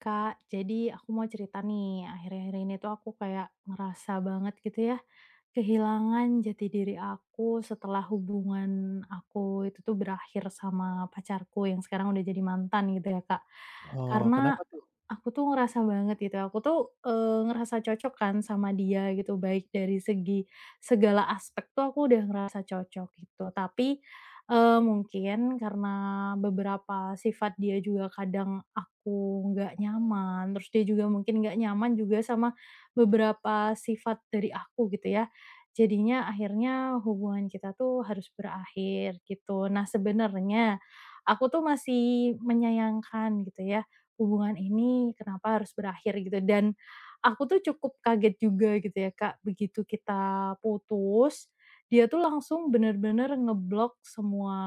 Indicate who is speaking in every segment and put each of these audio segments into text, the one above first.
Speaker 1: Kak, jadi aku mau cerita nih, akhir-akhir ini tuh aku kayak ngerasa banget gitu ya, kehilangan jati diri aku setelah hubungan aku itu tuh berakhir sama pacarku yang sekarang udah jadi mantan gitu ya Kak.
Speaker 2: Oh, kenapa
Speaker 1: Karena
Speaker 2: tuh?
Speaker 1: aku tuh ngerasa banget gitu, aku tuh, ngerasa cocok kan sama dia gitu, baik dari segi segala aspek tuh aku udah ngerasa cocok gitu. Tapi, mungkin karena beberapa sifat dia juga kadang aku nggak nyaman, terus dia juga mungkin nggak nyaman juga sama beberapa sifat dari aku gitu ya. Jadinya akhirnya hubungan kita tuh harus berakhir gitu. Nah sebenarnya aku tuh masih menyayangkan gitu ya, hubungan ini kenapa harus berakhir gitu dan aku tuh cukup kaget juga gitu ya Kak, begitu kita putus, dia tuh langsung bener-bener ngeblok semua,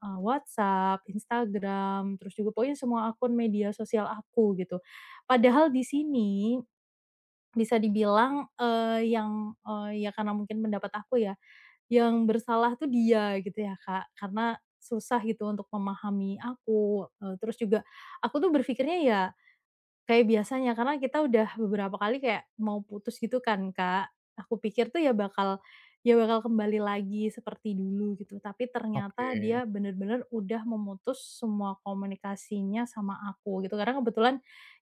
Speaker 1: WhatsApp, Instagram, terus juga pokoknya semua akun media sosial aku gitu. Padahal di sini bisa dibilang, yang, ya karena mungkin pendapat aku ya, yang bersalah tuh dia gitu ya, Kak. Karena susah gitu untuk memahami aku, terus juga aku tuh berpikirnya ya kayak biasanya, karena kita udah beberapa kali kayak mau putus gitu kan, Kak. Aku pikir tuh ya bakal kembali lagi seperti dulu gitu, tapi ternyata
Speaker 2: Oke.
Speaker 1: dia bener-bener udah memutus semua komunikasinya sama aku gitu. Karena kebetulan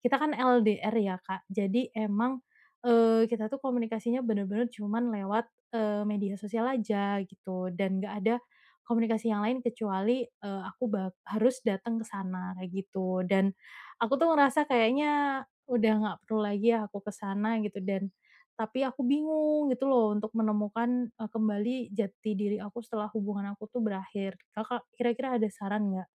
Speaker 1: kita kan LDR ya, Kak. Jadi emang, kita tuh komunikasinya bener-bener cuman lewat, media sosial aja gitu dan nggak ada komunikasi yang lain kecuali, aku harus datang ke sana kayak gitu dan aku tuh ngerasa kayaknya udah nggak perlu lagi ya aku ke sana gitu dan tapi aku bingung gitu loh untuk menemukan, kembali jati diri aku setelah hubungan aku tuh berakhir. Kakak kira-kira ada saran nggak?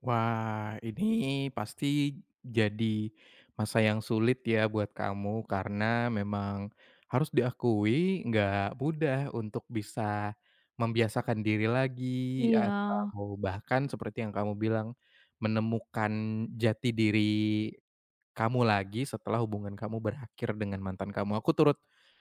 Speaker 2: Wah, ini pasti jadi masa yang sulit ya buat kamu karena memang harus diakui nggak mudah untuk bisa membiasakan diri lagi
Speaker 1: Iya,
Speaker 2: atau bahkan seperti yang kamu bilang menemukan jati diri Kamu lagi setelah hubungan kamu berakhir dengan mantan kamu. Aku turut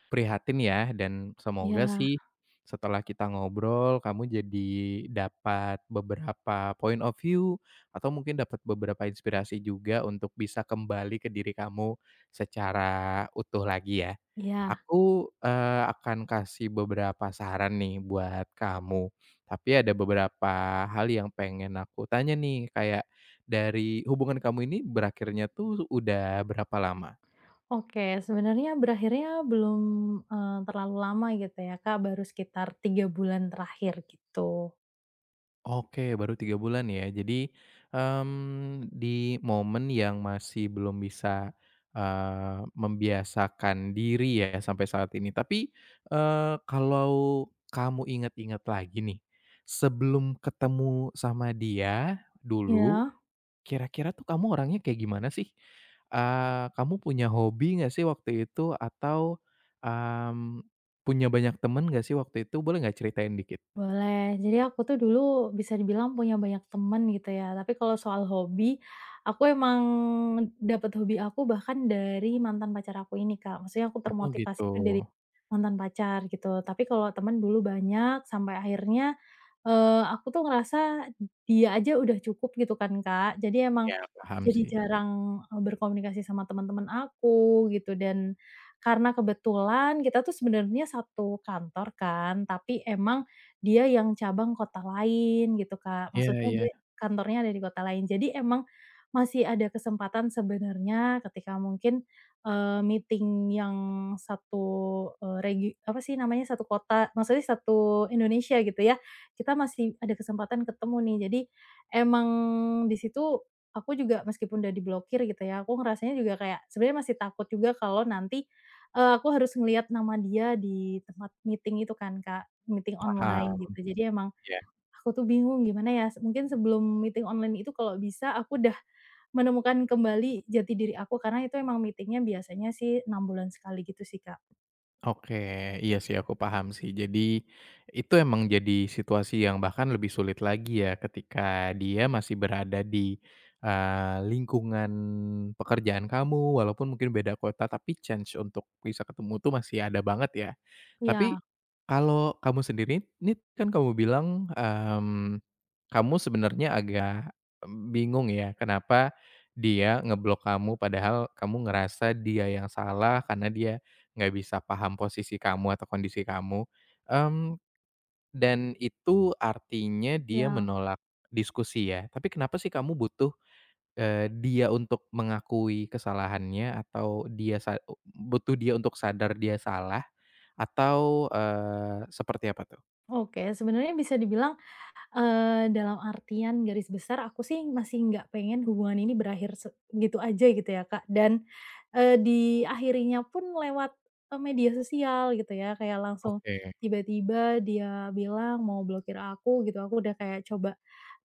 Speaker 2: prihatin ya dan semoga
Speaker 1: iya,
Speaker 2: sih setelah kita ngobrol kamu jadi dapat beberapa point of view atau mungkin dapat beberapa inspirasi juga untuk bisa kembali ke diri kamu secara utuh lagi ya.
Speaker 1: iya.
Speaker 2: Aku, akan kasih beberapa saran nih buat kamu, tapi ada beberapa hal yang pengen aku tanya nih kayak dari hubungan kamu ini berakhirnya tuh udah berapa lama?
Speaker 1: Oke, sebenarnya berakhirnya belum, terlalu lama gitu ya Kak, baru sekitar 3 bulan terakhir gitu.
Speaker 2: Oke, baru 3 bulan ya. Jadi, di momen yang masih belum bisa, membiasakan diri ya sampai saat ini. Tapi, kalau kamu ingat-ingat lagi nih, sebelum ketemu sama dia dulu
Speaker 1: Iya.
Speaker 2: kira-kira tuh kamu orangnya kayak gimana sih? Kamu punya hobi nggak sih waktu itu? Atau, mmm, punya banyak temen nggak sih waktu itu? Boleh nggak ceritain dikit?
Speaker 1: Boleh. Jadi aku tuh dulu bisa dibilang punya banyak temen gitu ya, tapi kalau soal hobi, aku emang dapat hobi aku bahkan dari mantan pacar aku ini, Kak. Maksudnya aku
Speaker 2: Oh gitu.
Speaker 1: termotivasi itu dari mantan pacar gitu. Tapi kalau temen dulu banyak sampai akhirnya, aku tuh ngerasa dia aja udah cukup gitu kan, Kak. Jadi emang
Speaker 2: Ya paham
Speaker 1: jadi
Speaker 2: sih.
Speaker 1: jarang, berkomunikasi sama teman-teman aku gitu dan karena kebetulan kita tuh sebenarnya satu kantor kan, tapi emang dia yang cabang kota lain gitu, Kak.
Speaker 2: Iya,
Speaker 1: Maksudnya
Speaker 2: iya,
Speaker 1: dia kantornya ada di kota lain. Jadi emang masih ada kesempatan sebenarnya ketika mungkin, meeting yang satu, apa sih namanya, satu kota maksudnya satu Indonesia gitu ya, kita masih ada kesempatan ketemu nih. Jadi emang di situ aku juga meskipun udah diblokir gitu ya, aku ngerasanya juga kayak sebenarnya masih takut juga kalau nanti aku harus ngelihat nama dia di tempat meeting itu kan, Kak, meeting
Speaker 2: paham,
Speaker 1: online gitu. Jadi emang
Speaker 2: iya.
Speaker 1: aku tuh bingung gimana ya, mungkin sebelum meeting online itu kalau bisa aku udah menemukan kembali jati diri aku karena itu emang meeting-nya biasanya sih 6 bulan sekali gitu sih, Kak.
Speaker 2: Oke, iya sih aku paham sih. Jadi itu emang jadi situasi yang bahkan lebih sulit lagi ya ketika dia masih berada di, lingkungan pekerjaan kamu walaupun mungkin beda kota tapi chance untuk bisa ketemu tuh masih ada banget ya. Tapi
Speaker 1: Iya,
Speaker 2: kalau kamu sendiri ini kan kamu bilang, kamu sebenarnya agak bingung ya kenapa dia ngeblok kamu padahal kamu ngerasa dia yang salah karena dia nggak bisa paham posisi kamu atau kondisi kamu, mmm, dan itu artinya dia
Speaker 1: iya.
Speaker 2: menolak diskusi ya. Tapi kenapa sih kamu butuh, eee, dia untuk mengakui kesalahannya atau dia sa butuh dia untuk sadar dia salah atau, seperti apa tuh?
Speaker 1: Oke, sebenarnya bisa dibilang dalam artian garis besar aku sih masih nggak pengen hubungan ini berakhir gitu aja gitu ya, Kak, dan, diakhirinya pun lewat, media sosial gitu ya, kayak langsung
Speaker 2: Oke,
Speaker 1: tiba-tiba dia bilang mau blokir aku gitu, aku udah kayak coba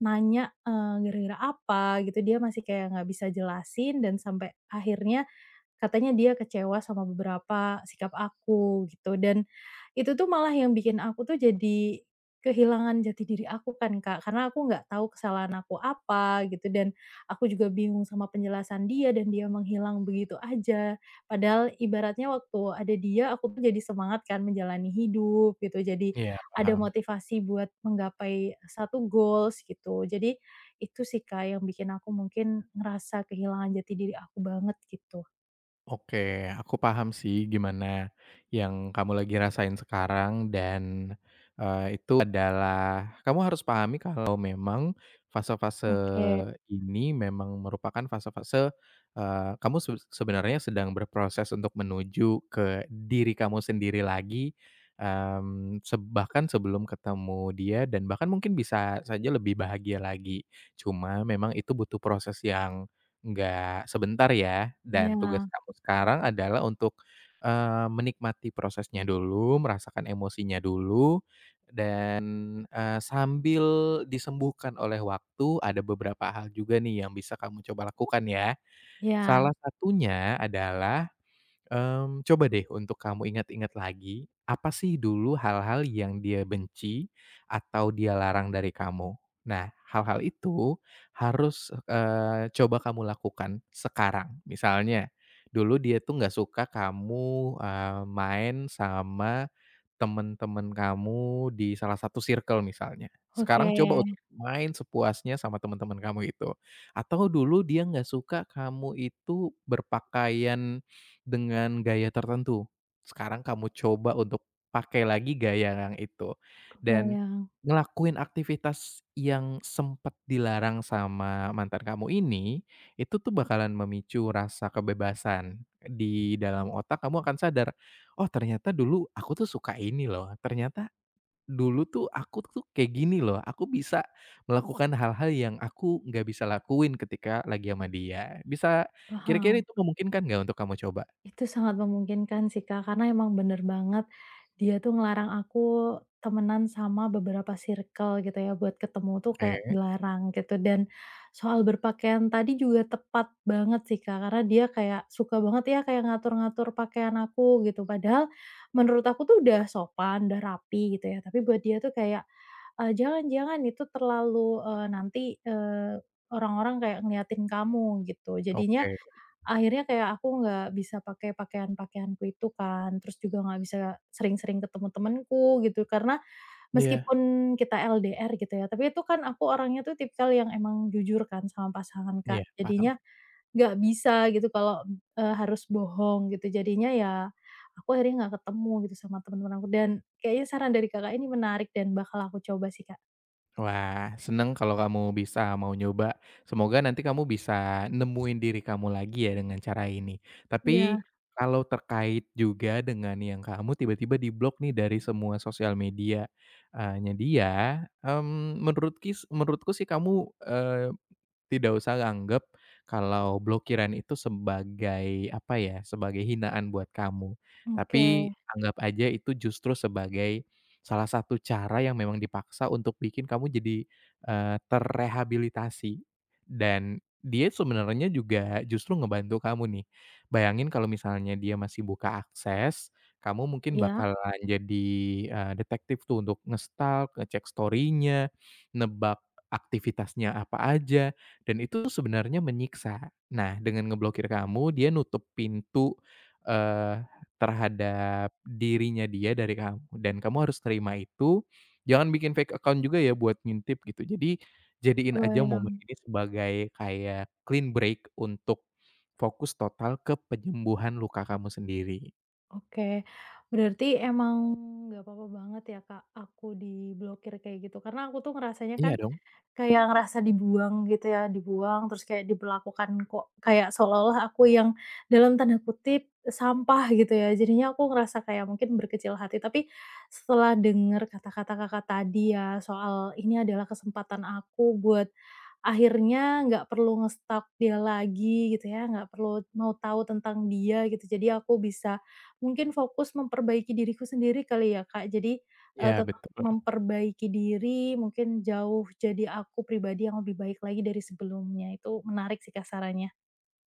Speaker 1: nanya, gara-gara apa gitu, dia masih kayak nggak bisa jelasin dan sampai akhirnya katanya dia kecewa sama beberapa sikap aku gitu dan itu tuh malah yang bikin aku tuh jadi kehilangan jati diri aku kan, Kak, karena aku nggak tahu kesalahan aku apa gitu dan aku juga bingung sama penjelasan dia dan dia menghilang begitu aja. Padahal ibaratnya waktu ada dia aku tuh jadi semangat kan menjalani hidup gitu, jadi
Speaker 2: iya
Speaker 1: ada
Speaker 2: paham.
Speaker 1: motivasi buat menggapai satu goals gitu. Jadi itu sih, Kak, yang bikin aku mungkin ngerasa kehilangan jati diri aku banget gitu.
Speaker 2: Oke, aku paham sih gimana yang kamu lagi rasain sekarang dan, itu adalah kamu harus pahami kalau memang fase-fase
Speaker 1: Oke,
Speaker 2: ini memang merupakan fase-fase, kamu se sebenarnya sedang berproses untuk menuju ke diri kamu sendiri lagi, se bahkan sebelum ketemu dia dan bahkan mungkin bisa saja lebih bahagia lagi. Cuma memang itu butuh proses yang enggak, sebentar ya, dan
Speaker 1: iya,
Speaker 2: tugas kamu sekarang adalah untuk, menikmati prosesnya dulu, merasakan emosinya dulu, dan, sambil disembuhkan oleh waktu, ada beberapa hal juga nih yang bisa kamu coba lakukan ya. Salah
Speaker 1: iya,
Speaker 2: satunya adalah coba deh untuk kamu ingat-ingat lagi, apa sih dulu hal-hal yang dia benci atau dia larang dari kamu? Nah, hal-hal itu harus, coba kamu lakukan sekarang. Misalnya, dulu dia tuh nggak suka kamu, main sama temen-temen kamu di salah satu circle misalnya.
Speaker 1: oke,
Speaker 2: Sekarang coba untuk main sepuasnya sama teman-teman kamu itu. Atau dulu dia nggak suka kamu itu berpakaian dengan gaya tertentu. Sekarang kamu coba untuk pakai lagi gaya yang itu, dan
Speaker 1: kebayang,
Speaker 2: ngelakuin aktivitas yang sempat dilarang sama mantan kamu ini, itu tuh bakalan memicu rasa kebebasan. Di dalam otak kamu akan sadar, "Oh ternyata dulu aku tuh suka ini loh, ternyata dulu tuh aku tuh kayak gini loh, aku bisa melakukan hal-hal yang aku nggak bisa lakuin ketika lagi sama dia." Bisa kira-kira
Speaker 1: paham.
Speaker 2: itu memungkinkan nggak untuk kamu coba?
Speaker 1: Itu sangat memungkinkan sih, Kak, karena emang bener banget dia tuh ngelarang aku temenan sama beberapa circle gitu ya, buat ketemu tuh kayak
Speaker 2: Oke,
Speaker 1: dilarang gitu. Dan soal berpakaian tadi juga tepat banget sih, Kak, karena dia kayak suka banget ya kayak ngatur-ngatur pakaian aku gitu. Padahal menurut aku tuh udah sopan, udah rapi gitu ya, tapi buat dia tuh kayak, "Jangan jangan itu terlalu, nanti, orang-orang kayak ngeliatin kamu," gitu. Jadinya
Speaker 2: oke.
Speaker 1: akhirnya kayak aku nggak bisa pakai pakaian-pakaianku itu kan, terus juga nggak bisa sering-sering ketemu temenku gitu, karena
Speaker 2: Iya.
Speaker 1: meskipun kita LDR gitu ya, tapi itu kan aku orangnya tuh tipikal yang emang jujur kan sama pasangan,
Speaker 2: Iya,
Speaker 1: Kak.
Speaker 2: paham.
Speaker 1: Jadinya nggak bisa gitu kalau, harus bohong gitu, jadinya ya aku akhirnya nggak ketemu gitu sama teman temen aku dan kayaknya saran dari Kakak ini menarik dan bakal aku coba sih, Kak.
Speaker 2: Wah, seneng kalau kamu bisa mau nyoba. Semoga nanti kamu bisa nemuin diri kamu lagi ya dengan cara ini. Tapi
Speaker 1: Iya,
Speaker 2: kalau terkait juga dengan yang kamu tiba-tiba diblok nih dari semua sosial media nya dia, menurutku sih kamu, eh, tidak usah anggap kalau blokiran itu sebagai, apa ya, sebagai hinaan buat kamu. Tapi
Speaker 1: oke.
Speaker 2: anggap aja itu justru sebagai salah satu cara yang memang dipaksa untuk bikin kamu jadi, terrehabilitasi. Dan dia sebenarnya juga justru ngebantu kamu nih. Bayangin kalau misalnya dia masih buka akses, kamu mungkin
Speaker 1: Iya,
Speaker 2: bakalan jadi, detektif tuh untuk ngestalk, ngecek story-nya, nebak aktivitasnya apa aja. Dan itu sebenarnya menyiksa. Nah, dengan ngeblokir kamu, dia nutup pintu, eee, terhadap dirinya dia dari kamu, dan kamu harus terima itu. Jangan bikin fake account juga ya buat ngintip gitu. Jadi, jadiin aja momen
Speaker 1: kebayang.
Speaker 2: ini sebagai kayak clean break untuk fokus total ke penyembuhan luka kamu sendiri.
Speaker 1: Oke, berarti emang nggak apa-apa banget ya, Kak, aku diblokir kayak gitu. Karena aku tuh ngerasanya kan
Speaker 2: Iya dong.
Speaker 1: kayak ngerasa dibuang gitu ya, dibuang terus kayak diperlakukan kok kayak seolah-olah aku yang dalam tanda kutip sampah gitu ya. Jadinya aku ngerasa kayak mungkin berkecil hati, tapi setelah dengar kata-kata Kakak tadi ya soal ini adalah kesempatan aku buat akhirnya nggak perlu ngestalk dia lagi gitu ya, nggak perlu mau tahu tentang dia gitu. Jadi aku bisa mungkin fokus memperbaiki diriku sendiri kali ya, Kak. Jadi,
Speaker 2: Iya,
Speaker 1: tetap
Speaker 2: betul.
Speaker 1: memperbaiki diri, mungkin jauh jadi aku pribadi yang lebih baik lagi dari sebelumnya. Itu menarik sih, Kak.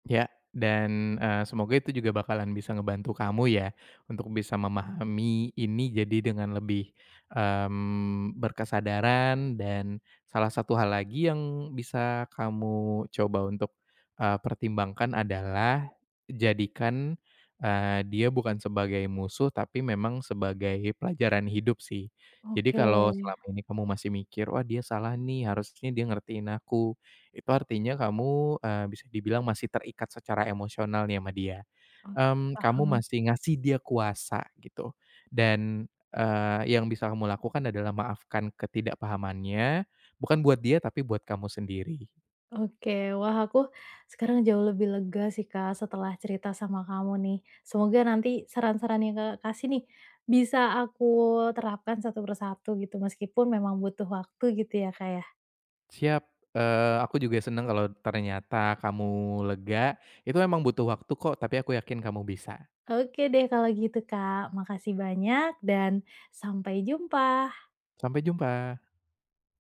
Speaker 2: Ya, dan, semoga itu juga bakalan bisa ngebantu kamu ya, untuk bisa memahami ini jadi dengan lebih, berkesadaran dan salah satu hal lagi yang bisa kamu coba untuk, pertimbangkan adalah jadikan, dia bukan sebagai musuh tapi memang sebagai pelajaran hidup sih. Jadi
Speaker 1: Oke,
Speaker 2: kalau selama ini kamu masih mikir, "Wah dia salah nih, harusnya dia ngertiin aku." Itu artinya kamu, bisa dibilang masih terikat secara emosional nih sama dia,
Speaker 1: oke,
Speaker 2: kamu
Speaker 1: paham.
Speaker 2: masih ngasih dia kuasa gitu dan, yang bisa kamu lakukan adalah maafkan ketidakpahamannya, bukan buat dia tapi buat kamu sendiri.
Speaker 1: Oke, wah aku sekarang jauh lebih lega sih Kak, setelah cerita sama kamu nih. Semoga nanti saran-saran yang Kakak kasih nih, bisa aku terapkan satu persatu gitu, meskipun memang butuh waktu gitu ya Kak ya.
Speaker 2: Siap, aku juga senang kalau ternyata kamu lega, itu memang butuh waktu kok tapi aku yakin kamu bisa.
Speaker 1: Oke deh kalau gitu Kak, makasih banyak dan sampai jumpa.
Speaker 2: Sampai jumpa.